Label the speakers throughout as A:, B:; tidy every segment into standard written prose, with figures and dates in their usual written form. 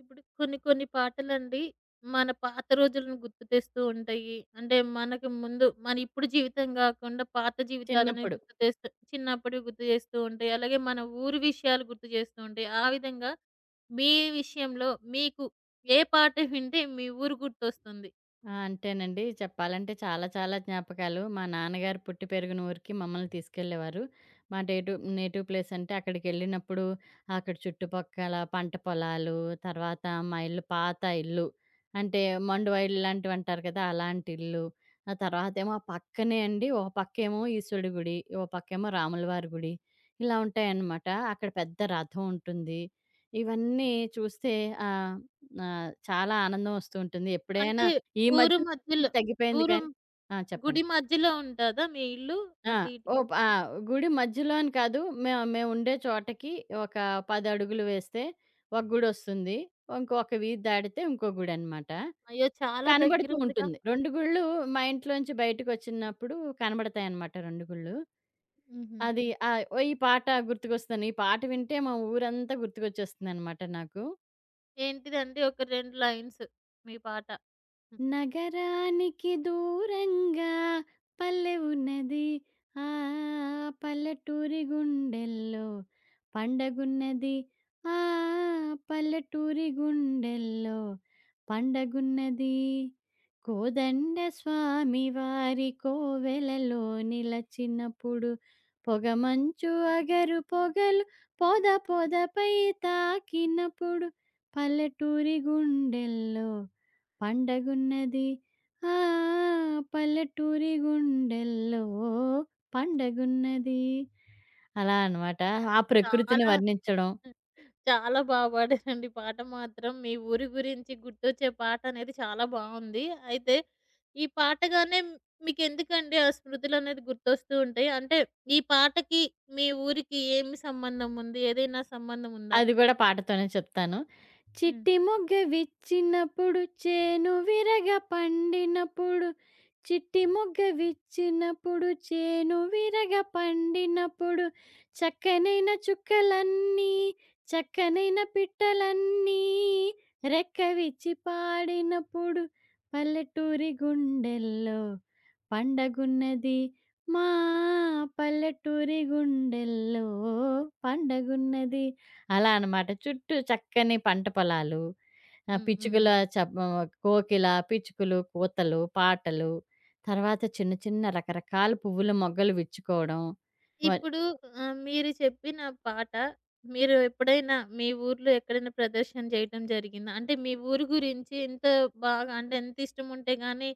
A: ఇప్పుడు కొన్ని కొన్ని పాటలండి మన పాత రోజులను గుర్తు తెస్తూ ఉంటాయి. అంటే మనకు ముందు మన ఇప్పుడు జీవితం గాకుండా పాత జీవితాలనేవి
B: చిన్నప్పుడు.
A: గుర్తు తెస్తూ చిన్నప్పుడివి గుర్తు చేస్తూ ఉంటాయి. అలాగే మన ఊరు విషయాలు గుర్తు చేస్తూ ఉంటాయి. ఆ విధంగా మీ విషయంలో మీకు ఏ పాట వింటే మీ ఊరు గుర్తొస్తుంది?
B: ఆ! అంటేనండి చెప్పాలంటే చాలా చాలా జ్ఞాపకాలు. మా నాన్నగారు పుట్టి పెరిగిన ఊరికి మమ్మల్ని తీసుకెళ్ళేవారు. మా డేటు నేటివ్ ప్లేస్ అంటే అక్కడికెళ్ళినప్పుడు అక్కడ చుట్టుపక్కల పంట పొలాలు, తర్వాత మా ఇల్లు పాత ఇల్లు. అంటే మండువా ఇల్లు లాంటివంటారు కదా! అలాంటి ఇల్లు. ఆ తర్వాతేమో ఆ పక్కనే అండి ఒక పక్కేమో ఈశ్వరుడి గుడి, ఓ పక్కేమో రాములవారి గుడి. ఇలా ఉంటాయన్నమాట. అక్కడ పెద్ద రథం ఉంటుంది. ఇవన్నీ చూస్తే ఆహ్, ఆహ్, చాలా ఆనందం వస్తూ ఉంటుంది. ఎప్పుడైనా
A: అంటే
B: ఈ
A: ఊరు
B: మధ్యన
A: మధ్యలో
B: తగ్గిపోయింది
A: ఊరు
B: కానీ ఆ! చెప్పండి.
A: గుడి మధ్యలో ఉంటదా మీ ఇల్లు
B: ఆ!
A: అటు
B: ఓ
A: ఇటుకి?
B: ప ఆ! గుడి మధ్యలో అని కాదు. మేముండే చోటకి ఒక 10 అడుగులు వేస్తే ఒక గుడొస్తుంది. ఇంకొక వీధి దాటితే ఇంకో గుడనమాట.
A: అయ్యో! చాలా
B: కనబడుతూ
A: దగ్గరుందిగా.
B: ఉంటుంది 2 గుళ్ళు. మా ఇంట్లోంచి బయటకొచ్చినప్పుడు కనబడతాయన్నమాట 2 గుళ్ళు.
A: హుహు.
B: అది ఆహ్, ఓ ఈ పాట గుర్తుకొస్తుంది. ఈ పాట వింటే మా ఊరంతా గుర్తుకొచ్చేస్తుందన్నమాట నాకు.
A: ఏంటిదండి ఒక 2 లైన్స్ మీ పాట?
B: నగరానికి దూరంగా పల్లె ఉన్నది. ఆ! పల్లెటూరి గుండెల్లో పండగున్నది. ఆ! పల్లెటూరి గుండెల్లో పండగున్నది. కోదండ స్వామి వారి కోవెలలో నిలచినప్పుడు పొగమంచు అగరు పొగలు పొద పొదపై తాకినప్పుడు పల్లెటూరి గుండెల్లో పండగున్నది, ఆ పల్లెటూరి గుండెల్లో పండగున్నది. అలా అన్నమాట. ఆ ప్రకృతిని
A: చాలా
B: వర్ణించడం.
A: చాలా బాగా పాడారండి. పాట మాత్రం మీ ఊరి గురించి గుర్తొచ్చే పాట అనేది చాలా బావుంది. అయితే ఈ పాటగానే మీకెందుకండి ఆ స్మృతులనేది గుర్తొస్తూ ఉంటాయి? అంటే ఈ పాటకి మీ ఊరికి ఏమి సంబంధం ఉంది? ఏదైనా సంబంధం ఉందా?
B: అది గూడా పాటతోనే చెప్తాను.
A: హ్మ్.
B: చిట్టి మొగ్గ విచ్చినప్పుడు చేను విరగ పండినప్పుడు చిట్టి మొగ్గ విచ్చినప్పుడు చేను విరగ పండినప్పుడు చక్కనైన చుక్కలన్నీ చక్కనైన పిట్టలన్నీ రెక్క విచ్చి పాడినప్పుడు పల్లెటూరి గుండెల్లో పండగున్నది మా పల్లెటూరి గుండెల్లో పండగున్నది. అలా అన్నమాట, చుట్టూ చక్కని పంట పొలాలు. ఆ!
A: హ్మ్. హ్మ్.
B: పిచ్చుకల చబ్ కోకిల, పిచ్చుకలు, కూతలు, పాటలు, తర్వాత చిన్న చిన్న రకరకాల పువ్వుల మొగ్గలు విచ్చుకోవడం. వ
A: ఇప్పుడు మీరు చెప్పిన పాట మీరు ఎప్పుడైనా మీ ఊర్లో ఎక్కడైనా ప్రదర్శన చేయటం జరిగిందా? అంటే మీ ఊరు గురించి ఇంత బాగా అంటే ఎంత ఇష్టం ఉంటే గాని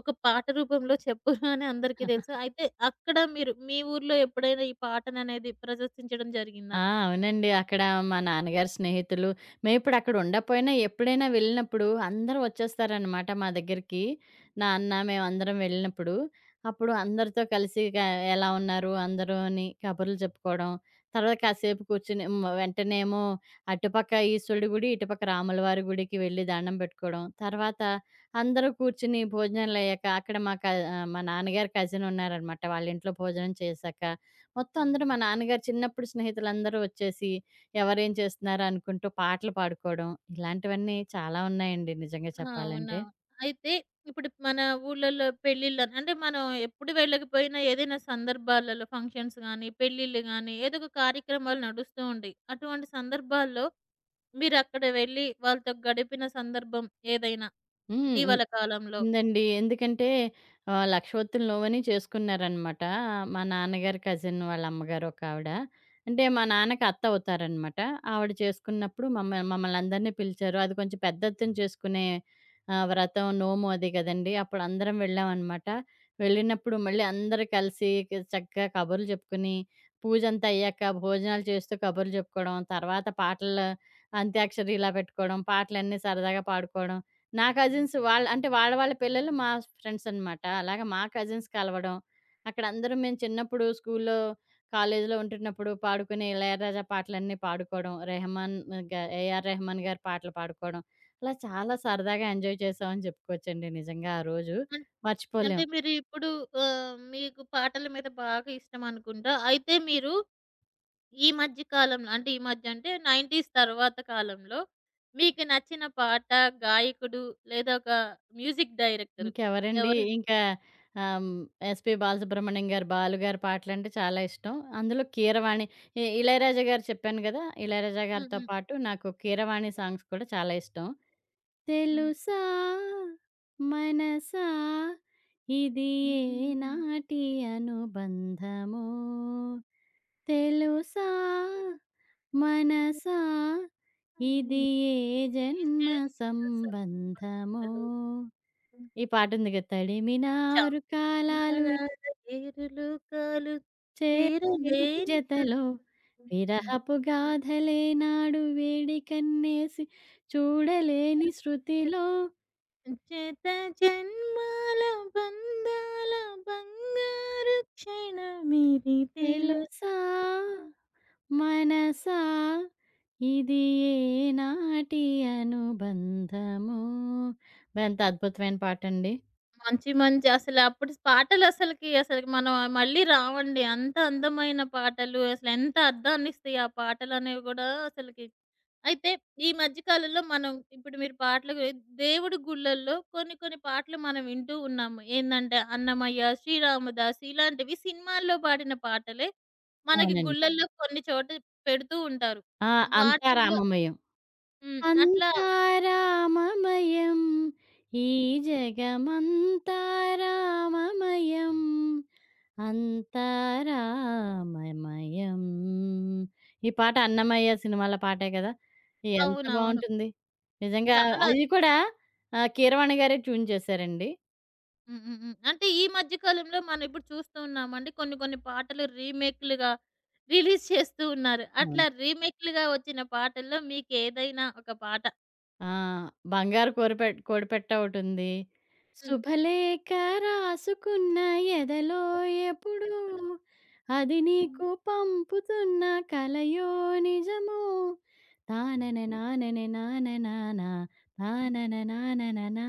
A: ఒక పాట రూపంలో చెప్పరు అని అందరికీ తెలుసు. అయితే అక్కడ మీరు మీ ఊర్లో ఎప్పుడైనా ఈ పాటననేది ప్రదర్శించడం
B: ఆ!
A: జరిగిందా?
B: అవునండి. అక్కడ మా నాన్నగారి స్నేహితులు మేమిప్పుడక్కడ ఉండకపోయినా ఎప్పుడైనా వెళ్ళినప్పుడు అందరూ వచ్చేస్తారనమాట మా దగ్గరికి. నాన్న, మేమందరం వెళ్ళినప్పుడు. అప్పుడు అందరితో కలిసి క ఎలా ఉన్నారు అందరూ అని కబుర్లు చెప్పుకోవడం. తర్వాత కాసేపు కూర్చొని హ్మ్. వెంటనేమో అటుపక్క ఈశ్వరుడి గుడి, ఇటుపక్క రాములవారి గుడికి వెళ్లి దండం పెట్టుకోవడం. తర్వాత అందరూ కూర్చుని భోజనాలయ్యాక అక్కడ మా నాన్నగారి కజిన్ ఉన్నారనమాట. వాళ్ళ ఇంట్లో భోజనం చేశాక మొత్తం అందరూ మా నాన్నగారు చిన్నప్పుడు స్నేహితులందరూ వచ్చేసి ఎవరేం చేస్తున్నారు అనుకుంటూ పాటలు పాడుకోవడం, ఇలాంటివన్నీ చాలా ఉన్నాయండి నిజంగా
A: ఆ! అవునా?
B: చెప్పాలంటే.
A: అయితే ఇప్పుడు మన ఊర్లలో పెళ్ళిళ్ళని అంటే మనం ఎప్పుడు వెళ్ళకపోయినా ఏదైనా సందర్భాలలో ఫంక్షన్స్ గాని, పెళ్ళిళ్ళు గాని ఏదో ఒక కార్యక్రమాలు నడుస్తూ ఉంటాయి. అటువంటి సందర్భాల్లో మీరక్కడ వెళ్లి వాళ్ళతో గడిపిన సందర్భం ఏదైనా
B: హ్మ్.
A: ఇటీవల కాలంలో?
B: ఉందండి. ఎందుకంటే 'లక్షవత్తులు నువ్వని' చేసుకున్నారనమాట. మా నాన్నగారి కజిన్ వాళ్ళ అమ్మగారు ఒకావిడ. అంటే మా నాన్నకి అత్త అవుతారనమాట. ఆవిడ చేసుకున్నప్పుడు మమ్మల్నందరిని పిలిచారు. అది కొంచెం పెద్దెత్తున చేసుకునే వ్రతం, నోము అది కదండీ. అప్పుడు అందరం వెళ్ళామనమాట. వెళ్ళినప్పుడు మళ్ళీ అందరూ కలిసి క చక్కగా కబుర్లు చెప్పుకుని, పూజంతా అయ్యాక భోజనాలు చేస్తూ కబుర్లు చెప్పుకోవడం, తర్వాత పాటలు, అంత్యాక్షరి ఇలా పెట్టుకోవడం, పాటలన్నీ సరదాగా పాడుకోవడం. నా కజిన్స్ వాళ్ళ అంటే వాళ్ళ వాళ్ళ పిల్లలు మా ఫ్రెండ్స్ అనమాట. అలాగా మా కజిన్స్ కలవడం. అక్కడ అందరం మేము చిన్నప్పుడు స్కూల్లో, కాలేజీలో ఉంటున్నప్పుడు పాడుకునే ఇళయరాజా పాటలన్నీ పాడుకోవడం. రెహమాన్ గ ఏఆర్ రెహమాన్ గారి పాటలు పాడుకోవడం. అలా చాలా సరదాగా ఎంజాయ్ చేసామని చెప్పుకోవచ్చండి నిజంగా ఆ రోజు.
A: అన్
B: మర్చిపోలేం.
A: అంటే మీరిప్పుడు మీకు పాటల మీద బాగా ఇష్టమనుకుంటా. అయితే మీరు ఈ మధ్య కాలంలో అంటే ఈ మధ్య అంటే 90స్ తర్వాత కాలంలో మీకు నచ్చిన పాట, గాయకుడు లేదా ఒక మ్యూజిక్ డైరెక్టరు
B: ఇంకెవరండి?
A: ఎవరు?
B: ఇంకా ఆహ్, హ్మ్. ఎస్‌పి బాలసుబ్రహ్మణ్యం గారి 'బాలు' గారి పాటలంటే చాలా ఇష్టం. అందులో 'కీరవాణి' ఇళయరాజా గారు చెప్పాను గదా! ఇళయరాజా గారితో
A: హ్మ్.
B: పాటు నాకు 'కీరవాణి' సాంగ్స్ కూడా చాలా ఇష్టం.
A: హ్మ్.
B: తెలుసా మనసా ఇది
A: హ్మ్.
B: ఏనాటి అనుబంధమో, తెలుసా
A: హ్మ్.
B: మనసా ఇది ఏ
A: ఈ
B: జన్మ
A: చెరువుల
B: సంబంధమో.
A: సంబరం
B: ఈ పాటుంది గదా! తడిమినారు కాలాలు
A: మానాన చేరులు కాలు
B: ఇచ్చే తేనె
A: చేరులేని
B: జతలో విరహపు గాథలేనాడు వేడి కన్నేసి చూడలేని శృతిలో
A: శృతులు చేత జన్మాల బంధాల బంగారు క్షణమిది తెలుసా
B: తెలుసా మనసా ఇది ఏనాటి అనుబంధమో! ఎంత అద్భుతమైన పాటండి.
A: మంచి మంచి అసలు అప్పుడు పాటలు అసలకి అసలు మనం మళ్ళీ రావండి. అంత అందమైన పాటలు అసలు ఎంత అర్థాన్నిస్తాయి ఆ పాటలనేవి గూడా అసలకి. అయితే ఈ మధ్య కాలంలో మనం ఇప్పుడు మీరు పాటల గురి దేవుడి గుళ్ళల్లో కొన్ని కొన్ని పాటలు మనం వింటూ ఉన్నాము. ఏందంటే 'అన్నమయ్య', 'శ్రీరామదాసు' ఇలాంటివి సినిమాల్లో పాడిన పాటలే మనకి
B: అవునండి.
A: గుళ్ళల్లో కొన్ని చోట పెడుతూ ఉంటారు.
B: ఆ! అంతా
A: వాటిల్లో
B: రామమయం.
A: హ్మ్. అట్లా
B: అంతా రామమయం ఈ జగమంతా రామమయం అంతా రామమయం. ఈ పాట అన్నమయ్య సినిమాల పాటే కదా! ఇది ఎంత
A: అవునవును.
B: బావుంటుంది. నిజంగా
A: చాలా
B: అది కూడా కీరవాణి గారే ట్యూన్ చేశారండి.
A: హ్మ్. హ్మ్. హ్మ్. అంటే ఈ మధ్య కాలంలో మనం ఇప్పుడు చూస్తూ ఉన్నామండి కొన్ని కొన్ని పాటలు రీమేక్‌లుగా రిలీజ్ చేస్తూ ఉన్నారు.
B: అవును.
A: అట్లా రీమేక్‌లుగా వచ్చిన పాటల్లో మీకేదైనా ఒక పాట?
B: ఆ! 'బంగారు కోరిపెట్ కోడిపెట్ట' ఒకటుంది.
A: హ్మ్.
B: శుభలేఖ రాసుకున్న ఎదలో ఎప్పుడూ, అది నీకు పంపుతున్న కలయో నిజమో, తానన
A: హ్మ్.
B: నానన నాననానా
A: హ్మ్.
B: తానన నానననా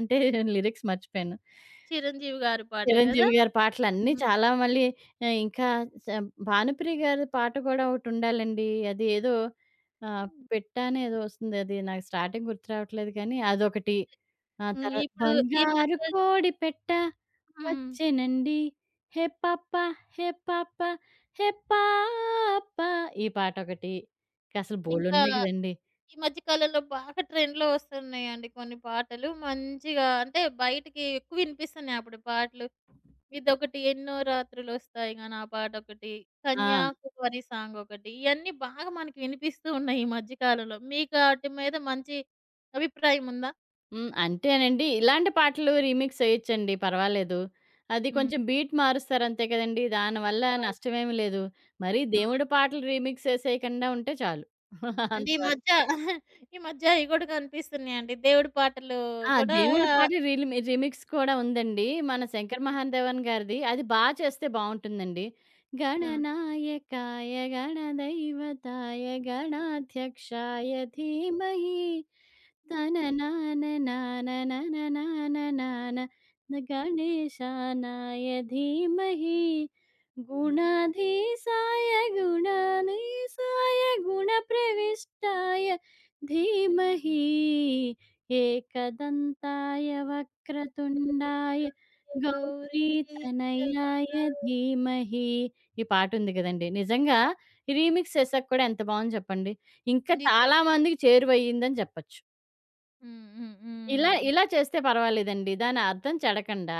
B: అంటే లిరిక్స్ మర్చిపోయాను.
A: 'చిరంజీవి' గారి పాట గదా!
B: చిరంజీవి గారి పాటలన్నీ
A: హ్మ్.
B: చాలా మళ్ళీ ఇంకా స భానుప్రియ గారి పాట కూడా ఒకటుండాలండి. అది ఏదో ఆహ్,
A: హ్మ్.
B: పెట్టానే ఏదో వస్తుంది. అది నాకు స్టార్టింగ్ గుర్తు రావట్లేదు కానీ అదొకటి. ఆ
A: హ్మ్.
B: తర్వాత
A: ఇప్పుడు ఈ
B: బంగారు
A: మధ్య
B: కోడి పెట్ట
A: హ్మ్.
B: వచ్చెనండి, హే పాప, హే పాప, హే పాప, ఈ పాటొకటి. ఇంకసలు
A: ఇంకా
B: బోలెడున్నాయి గదండీ.
A: ఈ మధ్య కాలంలో బాగా ట్రెండ్‌లో వస్తున్నాయండి కొన్ని పాటలు. మంచిగా అంటే బయటికి ఎక్కువ వినిపిస్తున్నాయి అప్పుడు పాటలు. ఇదొకటి 'ఎన్నో రాత్రులొస్తాయి గాన' ఆ పాటొకటి,
B: ఆ!
A: 'కన్యాకుమారి' సాంగొకటి ఇయన్నీ బాగా మనకి వినిపిస్తూ ఉన్నాయి ఈ మధ్య కాలంలో. మీకు ఆటి మీద మంచి అభిప్రాయం ఉందా?
B: హ్మ్. అంతేనండి. ఇలాంటి పాటలు రీమిక్స్ చేయొచ్చండి పర్వాలేదు. అది
A: హ్మ్.
B: కొంచెం బీట్ మారుస్తారు అంతే కదండీ! దానివల్ల
A: అవును.
B: నష్టమేమి లేదు. మరీ దేవుడి పాటలు రీమిక్స్ చేసేయకుండా ఉంటే చాలు.
A: అంటే ఈ మధ్య
B: అంతవరకు.
A: ఈ మధ్య అయి గూడా కనిపిస్తున్నాయండి. దేవుడి పాటలు
B: ఆ!
A: గూడా
B: దేవుడి పాటలు రీమిక్స్ కూడా ఉందండి. మన శంకర్ మహాదేవన్ గారిది. అది బా చేస్తే బావుంటుందండి.
A: హ్మ్. ఆ!
B: గణనాయకాయ గణదైవతాయ గణాధ్యక్షాయ ధీమహి తననాననాననననాననాన గణేశానాయ ధీమహి గుణాధీశాయ గుణానీశాయ గుణప్రవిష్టాయ ధీమహి ఏకదంతాయ వక్రతుండాయ
A: గౌరీ నిజమే.
B: గౌరీతనయాయ ధీమహి. ఈ పాట ఉంది కదండి, నిజంగా రీమిక్స్ చేసాక కూడా ఎంత బాగుంది చెప్పండి. ఇంకా చాలా మందికి చేరువయ్యిందని చెప్పొచ్చు.
A: హ్మ్. హ్మ్.
B: ఇలా
A: హ్మ్.
B: ఇలా చేస్తే పర్వాలేదండి. దాని అర్థం చెడకుండా,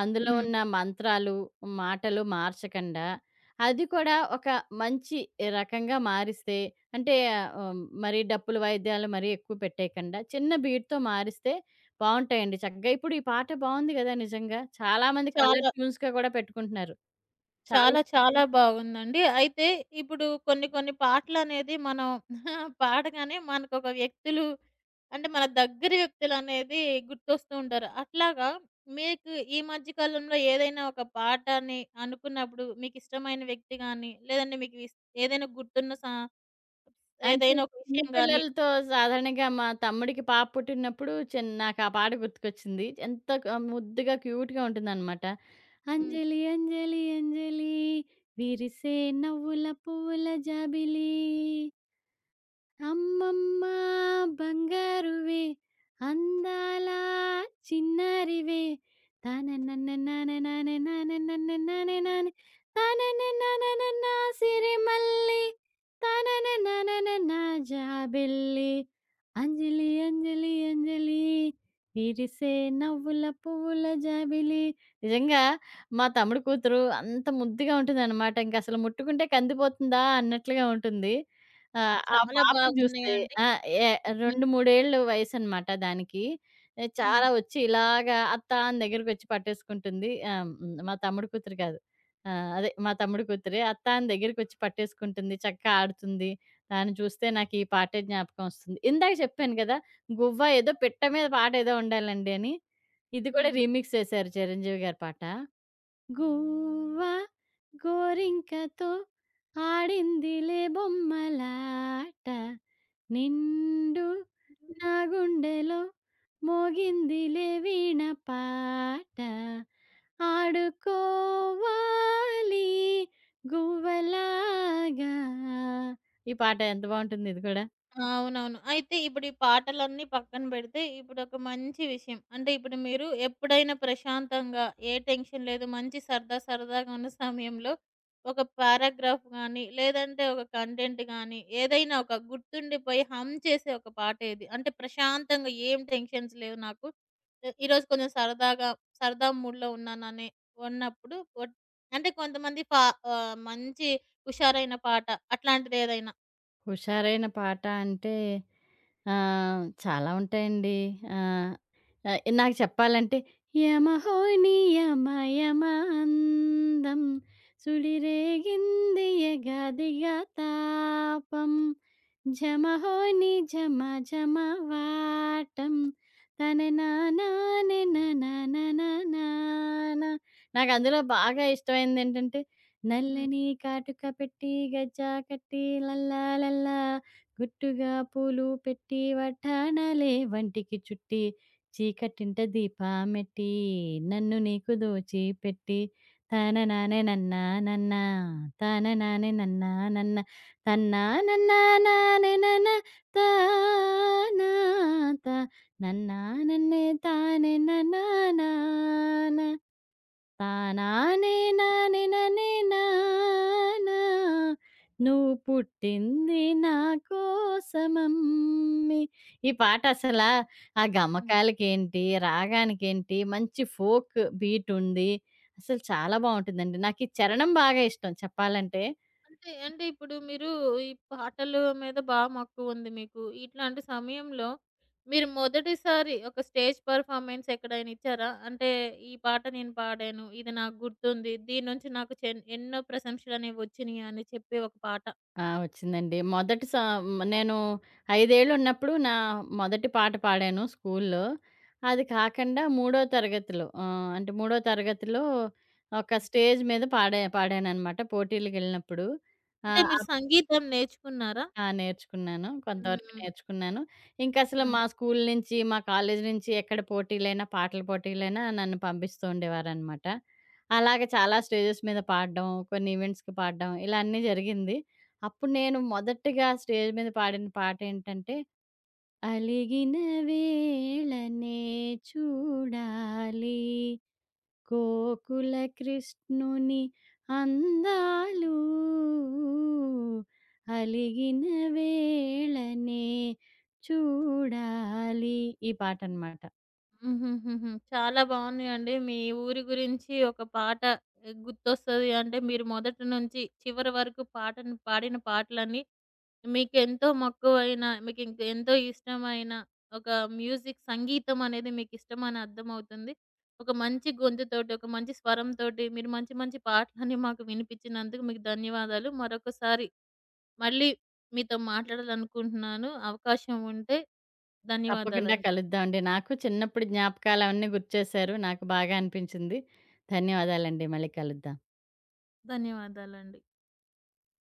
B: అందులో హ్మ్.
A: హ్మ్.
B: ఉన్న మంత్రాలు, మాటలు మార్చకుండా, అది కూడా ఒక మంచి రకంగా మారిస్తే, అంటే మరి డప్పులు వాయిద్యాలు మరీ ఎక్కువ పెట్టేయకుండా చిన్న బీట్‌తో మారిస్తే బావుంటాయండి చక్కగా. ఇప్పుడు ఈ పాట బావుంది గదా! నిజంగా. చాలామంది కలర్
A: చాలా
B: ట్యూన్స్‌గా గూడా పెట్టుకుంటున్నారు. చాలా
A: చాలా చాలా బాగుందండి. అయితే ఇప్పుడు కొన్ని కొన్ని పాటలనేది మనం పాడగానే మనకొక వ్యక్తులు అంటే మన దగ్గర వ్యక్తులనేది గుర్తొస్తూ ఉంటారు. అట్లాగా మీకు ఈ మధ్య కాలంలో ఏదైనా ఒక పాటని అనుకున్నప్పుడు మీకిష్టమైన వ్యక్తి గాని, లేదంటే మీకు ఇస్ ఏదైనా గుర్తున్న
B: అంటే
A: ఏదైనా ఒక
B: చిన్న
A: విషయం గాని
B: పిల్లలతో సాధారణంగా మా తమ్ముడికి పాప పుట్టినప్పుడు నాకు ఆ పాట గుర్తుకొచ్చింది. ఎంత ముద్దుగా క్యూట్‌గా ఉంటుందనమాట.
A: హ్మ్.
B: అంజలి అంజలి అంజలి విరిసే నవ్వుల పువ్వుల జాబిలి அம்மம்மா பங்கருவே அந்தாலா சின்னருவே தா நன்னன்னன்னன்னன்னன்னன்னன்னன்னன்னன்னன்னன் தா நன்னன்னன்னன்னன்னா சிறிமல்லி தா நன்னன்னன்னன்னன்னா ஜாபிலி அஞ்சலி அஞ்சலி அஞ்சலி விரசே நவுலா புவலா ஜாபிலி இங்க மாத அமர்க்குத்து அந்த முத்திகா உந்துன்னமா. ఆ! ఆ
A: చాలా
B: పాపను జూస్తే
A: బాగున్నాయండి.
B: ఆ! ఏ
A: హ్మ్.
B: 2, 3 ఏళ్ళు వయసనమాట దానికి.
A: హ్మ్.
B: చాలా వచ్చి ఇలాగా అత్త అని దగ్గరకొచ్చి పట్టేసుకుంటుంది. ఆహ్, హ్మ్. మా తమ్ముడు కూతురు కాదు. ఆ! అదే మా తమ్ముడు కూతురే. అత్త అని దగ్గరకొచ్చి పట్టేసుకుంటుంది. చక్కగా ఆడుతుంది. దాన్ని చూస్తే నాకు ఈ పాటే జ్ఞాపకం వస్తుంది. ఇందాక చెప్పాను కదా గువ్వ ఏదో పిట్ట మీద పాటేదో ఉండాలండి అని. ఇది కూడా రీమిక్స్ చేశారు చిరంజీవి గారి పాట. గువ్వ గోరింకతో ఆడిందిలే బొమ్మలాట నిండు
A: హ్మ్.
B: నా గుండెలో మోగిందిలే వీణ పాట ఆడుకోవాలి గువ్వలాగా. ఈ పాట ఎంత బాగుంటుంది ఇది కూడా.
A: ఆ, అవునవును. అయితే ఇప్పుడు ఈ పాటలన్నీ పక్కన పెడితే, ఇప్పుడొక మంచి విషయం. అంటే ఇప్పుడు మీరు ఎప్పుడైనా ప్రశాంతంగా, ఏ టెన్షన్ లేదు, మంచి సరదా సరదాగా ఉన్న సమయంలో ఒక పారాగ్రాఫ్ గానీ, లేదంటే ఒక కంటెంట్ గానీ, ఏదైనా ఒక గుర్తుండిపోయి హమ్ చేసే ఒక పాట ఏది? అంటే ప్రశాంతంగా ఏం టెన్షన్స్ లేవు నాకు. ఈరోజు కొంచెం సరదాగా, సరదా మూడ్‌లో ఉన్నాననే ఉన్నప్పుడు అంటే కొంతమంది పా మంచి హుషారైన పాట అట్లాంటిదేదైనా?
B: హుషారైన పాట అంటే ఆ! చాలా ఉంటాయండి. ఆహ్, ఆహ్, నాకు చెప్పాలంటే యమహోయ్ నీ యమ యమ అందం సుడిరేగింది ఎగాదిగ తాపం ఝమహోయ్ నీ ఝమ ఝమ వాటం తననానానానానానానాన. నాకందులో బాగా ఇష్టమైందేంటంటే
A: హ్మ్.
B: నల్లని కాటుక పెట్టి గజ్జా కట్టి లల్లా లల్లా గుట్టుగా పూలు పెట్టి వడ్డాణాలే వంటికి చుట్టి చీకటింట దీపామెట్టి నన్ను నీకు దోచి పెట్టి తన నానే నన్నా నన్నా తన నానే నన్నా నన్న తన్నా నన్నా నానే నన్న తానా తా నన్నా నన్నే తానే నన్నా తానానే నానే ననే నానా నువ్వు పుట్టింది నా కోసమమ్మి. ఈ పాట అసల ఆ గమకాలకేంటి, రాగానికేంటి మంచి ఫోక్ బీటుంది. అసలు చాలా బావుంటుందండి. నాకీ చరణం బాగా ఇష్టం చెప్పాలంటే.
A: అంతే. అంటే ఇప్పుడు మీరు ఈ పాటలు మీద మక్కువుంది మీకు. ఇట్లాంటి సమయంలో మీరు మొదటిసారి ఒక స్టేజ్ పెర్ఫార్మన్స్ ఎక్కడైనా ఇచ్చారా? అంటే ఈ పాట నేను పాడాను. ఇది నాకు గుర్తుంది. దీని నుంచి నాకు ఎన్నో ప్రశంసలనేవి వచ్చినియి అని చెప్పే ఒక పాట.
B: ఆ! వచ్చిందండి. నేను 5 ఏళ్ళు ఉన్నప్పుడు నా మొదటి పాట పాడాను స్కూల్లో. అది కాకుండా మూడో తరగతిలో అంటే మూడో తరగతిలో ఒక స్టేజ్ మీద పాడాననమాట పోటీలకెళ్ళినప్పుడు.
A: అంటే
B: ఆహ్, ఆ
A: మీరు సంగీతం నేర్చుకున్నారా?
B: ఆ! నేర్చుకున్నాను. కొంతవరకు
A: హ్మ్.
B: నేర్చుకున్నాను. ఇంకసలు
A: హ్మ్.
B: మా స్కూల్ నుంచి, మా కాలేజీ నుంచి ఎక్కడ పోటీలైనా, పాటల పోటీలైనా నన్ను పంపిస్తూ ఉండేవారనమాట. అలాగే చాలా స్టేజెస్ మీద పాడడం, కొన్ని ఈవెంట్స్‌కి పాడడం ఇలా అన్నీ జరిగింది. అప్పుడు నేను మొదటగా స్టేజ్ మీద పాడిన పాటేంటంటే, అలిగిన వేళనే చూడాలి గోకుల కృష్ణుని అందాలు అలిగిన వేళనే చూడాలి, ఈ పాట అన్నమాట.
A: హుహుహుహు. చాలా బావున్నాయండి. మీ ఊరి గురించి ఒక పాట గుర్తొస్తది అంటే మీరు మొదటి నుంచి చివరి వరకు పాటను పాడిన పాటలన్నీ మీకెంతో మక్కువైన, మీకింక ఎంతో ఇష్టమైన ఒక మ్యూజిక్ సంగీతం అనేది మీకిష్టమని అర్థమవుతుంది. ఒక మంచి గొంతుతోటి, ఒక మంచి స్వరంతోటి మీరు మంచి మంచి పాటలని మాకు వినిపించినందుకు మీకు ధన్యవాదాలు. మరొకసారి మళ్ళీ మీతో మాట్లాడాలనుకుంటున్నాను. అవకాశం ఉంటే
B: తప్పకుండా
A: ధన్యవాదాలండి.
B: కలుద్దామండి. నాకు చిన్నప్పుడు జ్ఞాపకాలవన్నీ గుర్తు చేశారు. నాకు బాగా అనిపించింది. ధన్యవాదాలండి. మళ్ళీ కలుద్దాం.
A: ధన్యవాదాలండి.